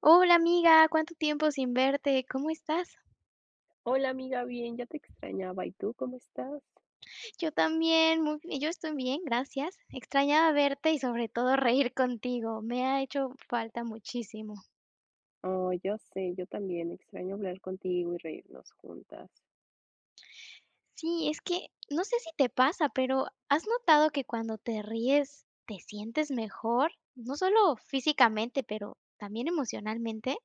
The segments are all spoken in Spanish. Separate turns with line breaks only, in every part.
Hola amiga, cuánto tiempo sin verte, ¿cómo estás?
Hola amiga, bien, ya te extrañaba. ¿Y tú cómo estás?
Yo también, muy bien, yo estoy bien, gracias. Extrañaba verte y sobre todo reír contigo, me ha hecho falta muchísimo.
Oh, yo sé, yo también extraño hablar contigo y reírnos juntas.
Sí, es que no sé si te pasa, pero ¿has notado que cuando te ríes te sientes mejor? No solo físicamente, pero también emocionalmente.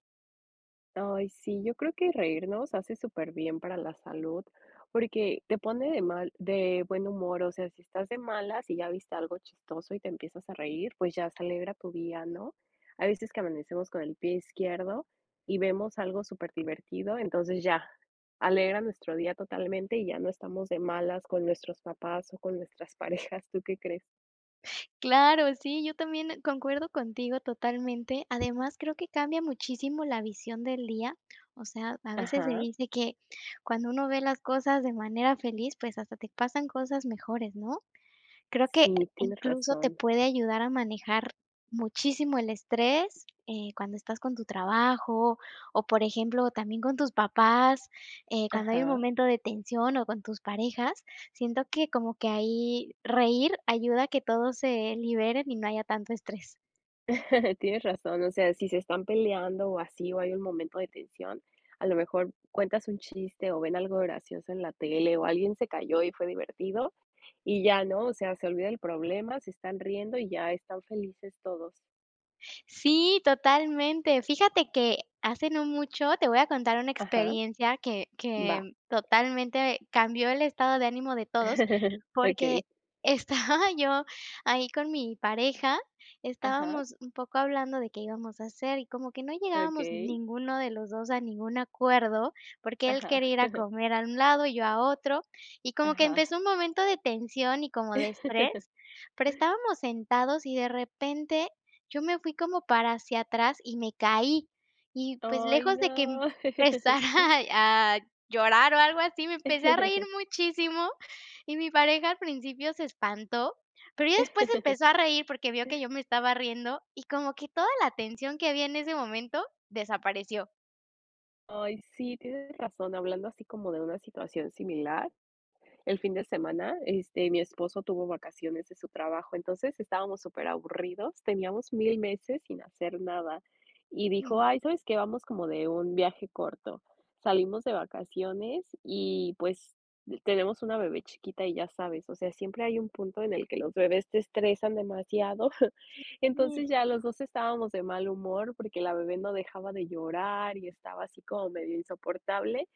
Ay, sí, yo creo que reírnos hace súper bien para la salud, porque te pone de mal de buen humor, o sea, si estás de malas y ya viste algo chistoso y te empiezas a reír, pues ya se alegra tu día, ¿no? Hay veces que amanecemos con el pie izquierdo y vemos algo súper divertido entonces ya alegra nuestro día totalmente y ya no estamos de malas con nuestros papás o con nuestras parejas, ¿tú qué crees?
Claro, sí, yo también concuerdo contigo totalmente. Además, creo que cambia muchísimo la visión del día. O sea, a veces se
Ajá,
dice que cuando uno ve las cosas de manera feliz, pues hasta te pasan cosas mejores, ¿no? Creo que
sí, tienes
incluso te
razón.
puede ayudar a manejar muchísimo el estrés, cuando estás con tu trabajo o, por ejemplo, también con tus papás, cuando hay un
Ajá.
momento de tensión o con tus parejas, siento que como que ahí reír ayuda a que todos se liberen y no haya tanto estrés.
Tienes razón, o sea, si se están peleando o así, o hay un momento de tensión, a lo mejor cuentas un chiste o ven algo gracioso en la tele o alguien se cayó y fue divertido y ya, ¿no? O sea, se olvida el problema, se están riendo y ya están felices todos.
Sí, totalmente. Fíjate que hace no mucho te voy a contar una
Ajá,
experiencia que
va.
que totalmente cambió el estado de ánimo de todos, porque
Okey.
estaba yo ahí con mi pareja,
Ajá,
estábamos un poco hablando de qué íbamos a hacer y como que no llegábamos
okey.
ninguno de los 2 a ningún acuerdo, porque él
Ajá,
quería ir a comer a un lado y yo a otro, y como que
ajá.
empezó un momento de tensión y como de estrés, pero estábamos sentados y de repente yo me fui como para hacia atrás y me caí. Y, pues,
Ay,
lejos de que
no.
empezara a llorar o algo así, me empecé a reír muchísimo, y mi pareja al principio se espantó, pero ya después empezó a reír porque vio que yo me estaba riendo, y como que toda la tensión que había en ese momento desapareció.
Ay, sí, tienes razón, hablando así como de una situación similar. El fin de semana, mi esposo tuvo vacaciones de su trabajo, entonces estábamos súper aburridos teníamos mil meses sin hacer nada. Y dijo,
Mm,
ay, ¿sabes qué? Vamos como de un viaje corto. Salimos de vacaciones y pues tenemos una bebé chiquita y ya sabes, o sea, siempre hay un punto en el que los bebés te estresan demasiado.
sí,
Entonces ya los dos estábamos de mal humor porque la bebé no dejaba de llorar y estaba así como medio insoportable.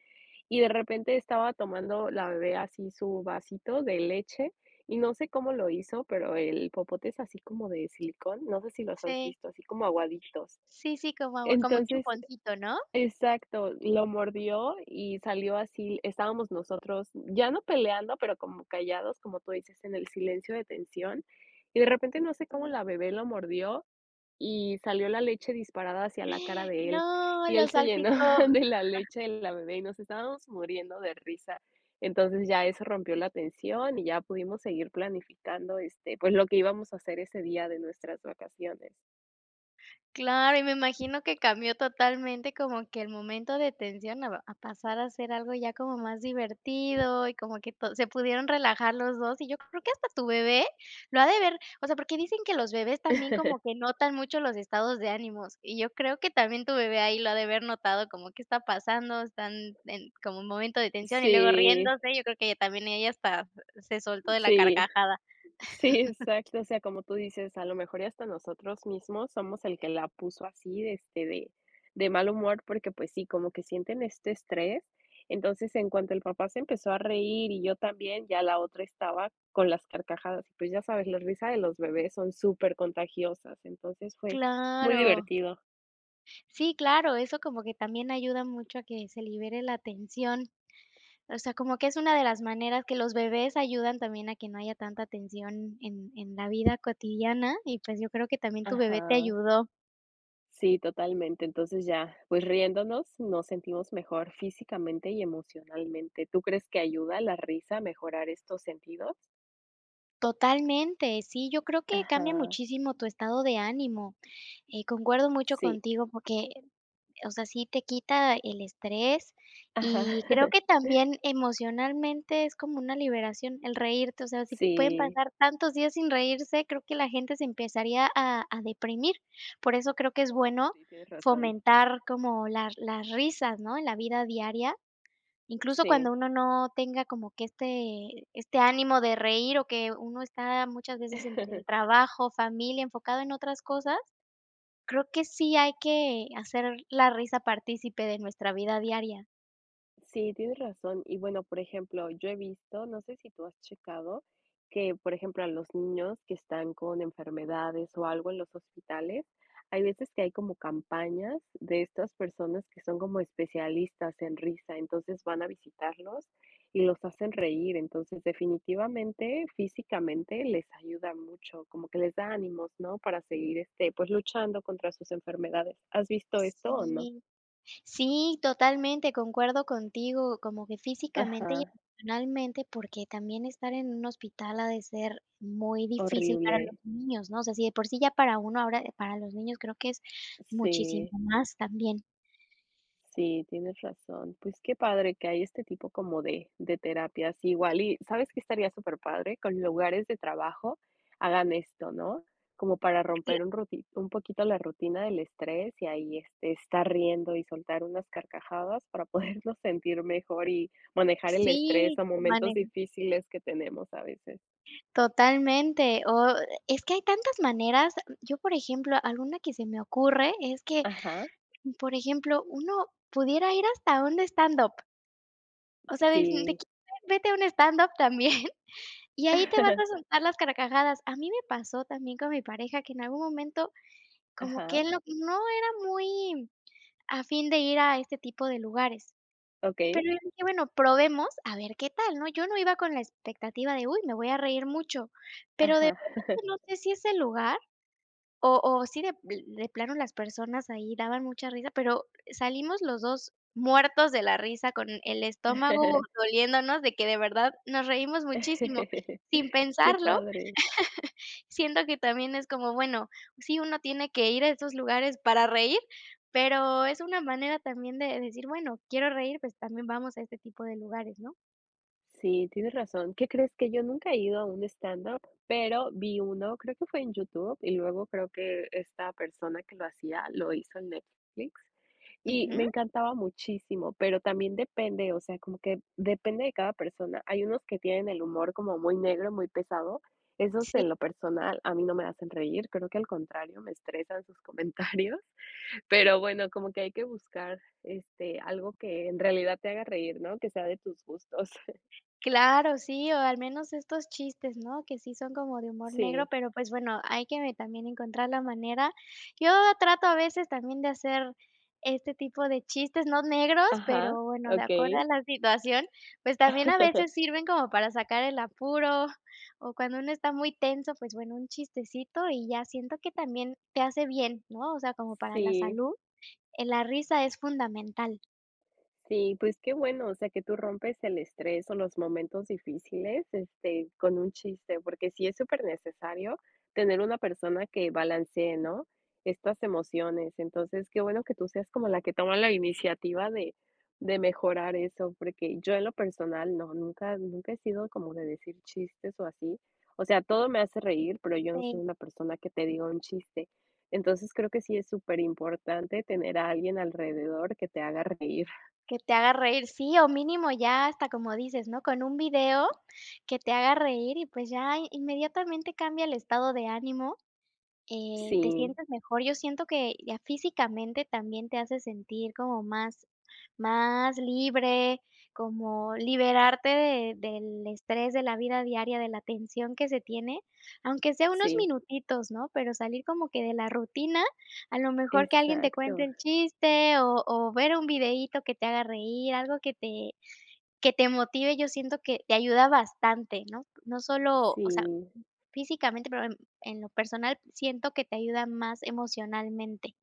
Y de repente estaba tomando la bebé así su vasito de leche, y no sé cómo lo hizo, pero el popote es así como de silicón, no sé si los has
sí,
visto, así como aguaditos.
sí, sí, como agua como un
Entonces,
chuponcito, ¿no?
exacto, lo mordió y salió así, estábamos nosotros ya no peleando, pero como callados, como tú dices, en el silencio de tensión, y de repente no sé cómo
Sí.
la bebé lo mordió y salió la leche disparada hacia la cara de él,
No,
y
lo
él se llenó
salpicó.
de la leche de la bebé y nos estábamos muriendo de risa. Entonces, ya eso rompió la tensión y ya pudimos seguir planificando, pues, lo que íbamos a hacer ese día de nuestras vacaciones.
Claro, y me imagino que cambió totalmente como que el momento de tensión a pasar a ser algo ya como más divertido y como que to se pudieron relajar los 2. Y yo creo que hasta tu bebé lo ha de ver, o sea, porque dicen que los bebés también como que notan mucho los estados de ánimos, y yo creo que también tu bebé ahí lo ha de haber notado como que está pasando, están en como un momento de tensión y luego
Sí,
riéndose, yo creo que ella también ella hasta se soltó de la
sí.
carcajada.
Sí, exacto. O sea, como tú dices, a lo mejor y hasta nosotros mismos somos el que la puso así, de mal humor, porque pues sí, como que sienten este estrés. Entonces, en cuanto el papá se empezó a reír y yo también, ya la otra estaba con las carcajadas. Y pues ya sabes, la risa de los bebés son súper contagiosas. Entonces fue muy
Claro.
divertido.
Sí, claro, eso como que también ayuda mucho a que se libere la tensión. O sea, como que es una de las maneras que los bebés ayudan también a que no haya tanta tensión en la vida cotidiana, y pues yo creo que también tu bebé te
Ajá.
ayudó
Sí, totalmente. Entonces ya, pues riéndonos, nos sentimos mejor físicamente y emocionalmente. ¿Tú crees que ayuda la risa a mejorar estos sentidos?
totalmente. Sí, yo creo que cambia
Ajá,
muchísimo tu estado de ánimo. Concuerdo mucho
sí,
contigo porque, o sea, sí te quita el estrés
ajá.
y creo que también emocionalmente es como una liberación el reírte, o sea, si pueden
Sí,
pasar tantos días sin reírse, creo que la gente se empezaría a deprimir. Por eso creo que es bueno
sí, tienes razón.
fomentar como las risas, ¿no?, en la vida diaria, incluso cuando
Sí.
uno no tenga como que este ánimo de reír, o que uno está muchas veces entre el trabajo, familia, enfocado en otras cosas. Creo que sí hay que hacer la risa partícipe de nuestra vida diaria.
Sí, tienes razón. Y bueno, por ejemplo, yo he visto, no sé si tú has checado, que, por ejemplo, a los niños que están con enfermedades o algo en los hospitales, hay veces que hay como campañas de estas personas que son como especialistas en risa, entonces van a visitarlos y los hacen reír. Entonces, definitivamente, físicamente les ayuda mucho, como que les da ánimos, ¿no? Para seguir, pues luchando contra sus enfermedades. ¿Has visto esto o no?
Sí, sí, totalmente, concuerdo contigo, como que físicamente y
Ajá,
emocionalmente, porque también estar en un hospital ha de ser muy difícil para
horrible.
los niños, ¿no? O sea, si de por sí ya para uno, ahora para los niños creo que es muchísimo
Sí,
más también.
sí, tienes razón. Pues qué padre que hay este tipo como de terapias. Igual, y sabes que estaría súper padre con lugares de trabajo, hagan esto, ¿no? Como para
Cla
romper un, un poquito la rutina del estrés y ahí estar riendo y soltar unas carcajadas para podernos sentir mejor y manejar el estrés
Sí,
o momentos
maneja
difíciles que tenemos a veces.
totalmente, o es que hay tantas maneras. Yo, por ejemplo, alguna que se me ocurre es que,
Ajá,
por ejemplo, uno pudiera ir hasta un stand-up. O sea, de
sí.
que vete a un stand-up también, y ahí te vas a soltar las carcajadas. A mí me pasó también con mi pareja, que en algún momento como
Ajá,
que él no era muy afín de ir a este tipo de lugares.
ok.
Pero yo dije: "Bueno, probemos a ver qué tal", ¿no? Yo no iba con la expectativa de: "Uy, me voy a reír mucho", pero de
Ajá.
verdad que no sé si ese lugar o sí, de plano las personas ahí daban mucha risa, pero salimos los 2 muertos de la risa, con el estómago doliéndonos de que de verdad nos reímos muchísimo. Sin
Qué
pensarlo,
padre.
siento que también es como, bueno, sí, uno tiene que ir a esos lugares para reír, pero es una manera también de decir, bueno, quiero reír, pues también vamos a este tipo de lugares, ¿no?
Sí, tienes razón. ¿Qué crees? Que yo nunca he ido a un stand-up, pero vi uno, creo que fue en YouTube, y luego creo que esta persona que lo hacía lo hizo en Netflix, y me
Ujú.
encantaba muchísimo, pero también depende, o sea, como que depende de cada persona. Hay unos que tienen el humor como muy negro, muy pesado. Esos
Sí.
en lo personal a mí no me hacen reír, creo que al contrario, me estresan sus comentarios. Pero bueno, como que hay que buscar, algo que en realidad te haga reír, ¿no? Que sea de tus gustos.
Claro, sí, o al menos estos chistes, ¿no? Que sí son como de humor negro,
Sí.
pero pues bueno, hay que también encontrar la manera. Yo trato a veces también de hacer este tipo de chistes, no negros,
Ajá,
pero bueno, de acuerdo
okey.
a la situación, pues también a veces sirven como para sacar el apuro o cuando uno está muy tenso, pues bueno, un chistecito, y ya siento que también te hace bien, ¿no? O sea, como para la
Sí.
salud, la risa es fundamental.
Sí, pues qué bueno, o sea, que tú rompes el estrés o los momentos difíciles, con un chiste, porque sí es súper necesario tener una persona que balancee, ¿no? Estas emociones. Entonces, qué bueno que tú seas como la que toma la iniciativa de mejorar eso, porque yo en lo personal, no, nunca, nunca he sido como de decir chistes o así. O sea, todo me hace reír, pero yo no soy una persona que te diga un chiste. Entonces, creo que sí es súper importante tener a alguien alrededor que te haga reír.
Que te haga reír, sí, o mínimo ya hasta como dices, ¿no? Con un video que te haga reír y pues ya inmediatamente cambia el estado de ánimo, te
Sí,
sientes mejor. Yo siento que ya físicamente también te hace sentir como más libre, como liberarte de del estrés de la vida diaria, de la tensión que se tiene, aunque sea unos
sí,
minutitos, ¿no? Pero salir como que de la rutina, a lo mejor que alguien te cuente
exacto.
el chiste o ver un videíto que te haga reír, algo que te motive, yo siento que te ayuda bastante, ¿no? No solo, o sea,
Sí,
físicamente, pero en lo personal siento que te ayuda más emocionalmente.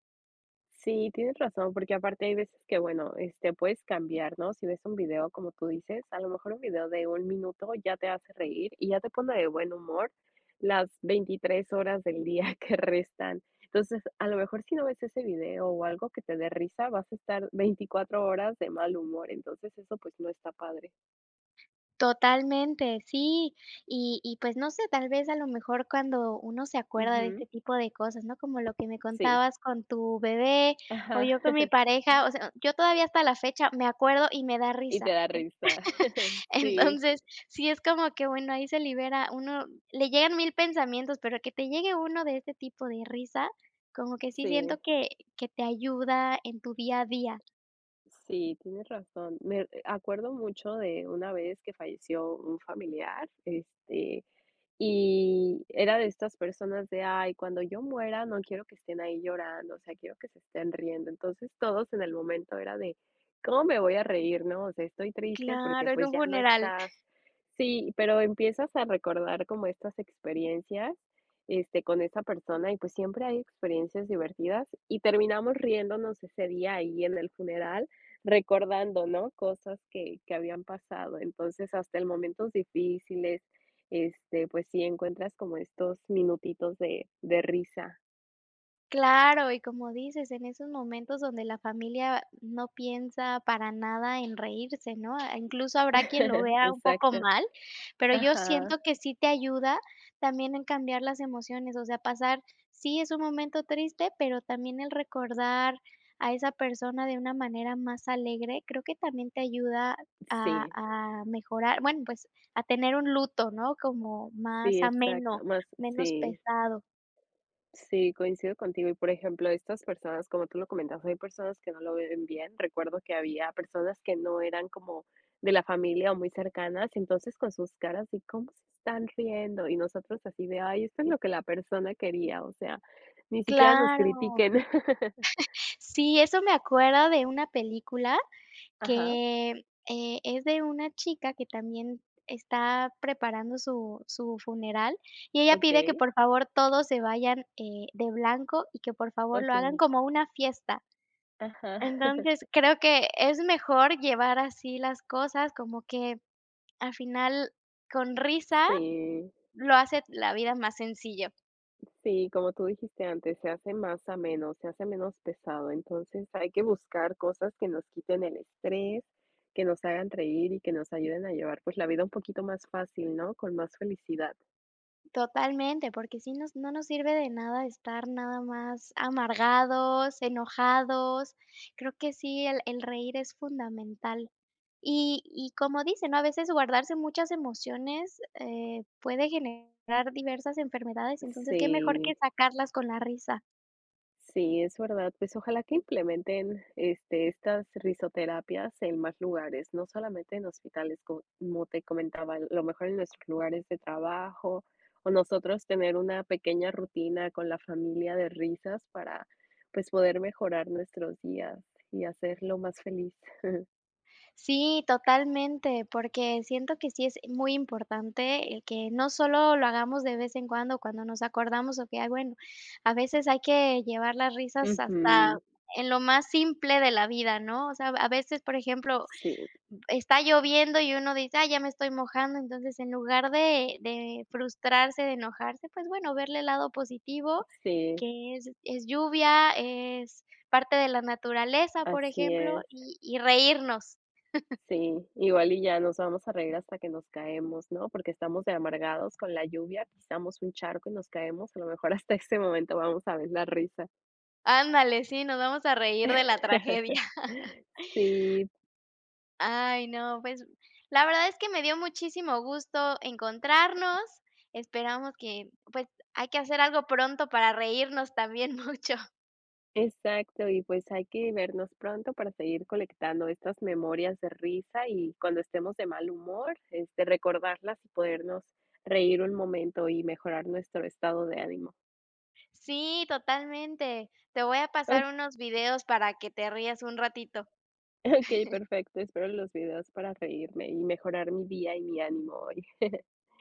sí, tienes razón, porque aparte hay veces que, bueno, puedes cambiar, ¿no? Si ves un video, como tú dices, a lo mejor un video de un minuto ya te hace reír y ya te pone de buen humor las 23 horas del día que restan. Entonces, a lo mejor si no ves ese video o algo que te dé risa, vas a estar 24 horas de mal humor. Entonces, eso pues no está padre.
Totalmente, sí. Y pues no sé, tal vez a lo mejor cuando uno se acuerda de
Ujú,
este tipo de cosas, ¿no? Como lo que me
sí.
contabas con tu bebé o
Ajá.
yo con mi pareja, o sea, yo todavía hasta la fecha me acuerdo y me da
Y te
risa.
da
En
risa. Sí,
Entonces, sí es como que, bueno, ahí se libera uno, le llegan 1000 pensamientos, pero que te llegue uno de este tipo de risa, como que sí siento
sí.
que te ayuda en tu día a día.
Sí, tienes razón. Me acuerdo mucho de una vez que falleció un familiar, y era de estas personas de, ay, cuando yo muera no quiero que estén ahí llorando, o sea, quiero que se estén riendo. Entonces todos en el momento era de, ¿cómo me voy a reír, no? O sea, estoy triste porque
Claro, es
pues
un
ya no
funeral.
estás. Sí, pero empiezas a recordar como estas experiencias, con esa persona y pues siempre hay experiencias divertidas y terminamos riéndonos ese día ahí en el funeral, recordando, ¿no? Cosas que habían pasado. Entonces, hasta en momentos difíciles pues sí encuentras como estos minutitos de risa.
Claro, y como dices, en esos momentos donde la familia no piensa para nada en reírse, ¿no? Ah, incluso habrá quien lo vea un poco
Exacto.
mal, pero yo
Ajá.
siento que sí te ayuda también en cambiar las emociones, o sea, pasar, sí, es un momento triste, pero también el recordar a esa persona de una manera más alegre, creo que también te ayuda a
Sí,
a mejorar, bueno, pues, a tener un luto, ¿no? Como más
sí, exacto.
ameno,
Más
menos
sí,
pesado.
sí, coincido contigo. Y, por ejemplo, estas personas, como tú lo comentas, hay personas que no lo ven bien. Recuerdo que había personas que no eran como de la familia o muy cercanas, entonces con sus caras de cómo se están riendo, y nosotros así de: "Ay, esto es lo que la persona quería", o sea, ni siquiera nos
Claro.
critiquen.
Sí, eso me acuerda de una película
Ajá,
que, es de una chica que también está preparando su funeral, y ella pide que
okey,
por favor todos se vayan, de blanco y que por favor lo hagan
okey.
como una fiesta.
Ajá.
Entonces, creo que es mejor llevar así las cosas, como que al final con risa
Sí,
lo hace la vida más sencillo.
sí, como tú dijiste antes, se hace más ameno, se hace menos pesado. Entonces hay que buscar cosas que nos quiten el estrés, que nos hagan reír y que nos ayuden a llevar pues la vida un poquito más fácil, ¿no? Con más felicidad.
Totalmente, porque sí nos no nos sirve de nada estar nada más amargados, enojados. Creo que sí, el reír es fundamental. Y como dicen, ¿no? A veces guardarse muchas emociones, puede generar diversas enfermedades, entonces, qué mejor
Sí.
que sacarlas con la risa.
Sí, es verdad. Pues ojalá que implementen estas risoterapias en más lugares, no solamente en hospitales, como te comentaba, a lo mejor en nuestros lugares de trabajo o nosotros tener una pequeña rutina con la familia de risas para pues poder mejorar nuestros días y hacerlo más feliz.
Sí, totalmente, porque siento que sí es muy importante el que no solo lo hagamos de vez en cuando, cuando nos acordamos, o que, ay, bueno, a veces hay que llevar las risas hasta
Ujú,
en lo más simple de la vida, ¿no? O sea, a veces, por ejemplo,
Sí,
está lloviendo y uno dice, ah, ya me estoy mojando, entonces en lugar de frustrarse, de enojarse, pues bueno, verle el lado positivo,
sí,
que es lluvia, es parte de la naturaleza, por
así
ejemplo,
es.
y reírnos.
Sí, igual y ya nos vamos a reír hasta que nos caemos, ¿no? Porque estamos de amargados con la lluvia, pisamos un charco y nos caemos, a lo mejor hasta ese momento vamos a ver la risa.
Ándale, sí, nos vamos a reír de la tragedia.
Sí,
Ay, no, pues, la verdad es que me dio muchísimo gusto encontrarnos. Esperamos que, pues, hay que hacer algo pronto para reírnos también mucho.
exacto, y pues hay que vernos pronto para seguir colectando estas memorias de risa y cuando estemos de mal humor, recordarlas y podernos reír un momento y mejorar nuestro estado de ánimo.
Sí, totalmente. Te voy a
Ok,
pasar unos videos para que te rías un ratito.
ok, perfecto, espero los videos para reírme y mejorar mi día y mi ánimo hoy.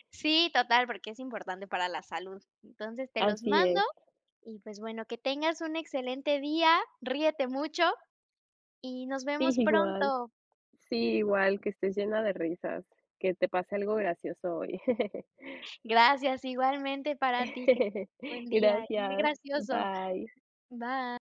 Sí, total, porque es importante para la salud. Entonces, te los
Así
mando
es.
y, pues, bueno, que tengas un excelente día, ríete mucho y nos
Sí,
vemos
igual.
pronto.
Sí, igual, que estés llena de risas, que te pase algo gracioso hoy.
Gracias, igualmente para ti, que buen día y muy
Gracias.
gracioso.
Bye.
Bye.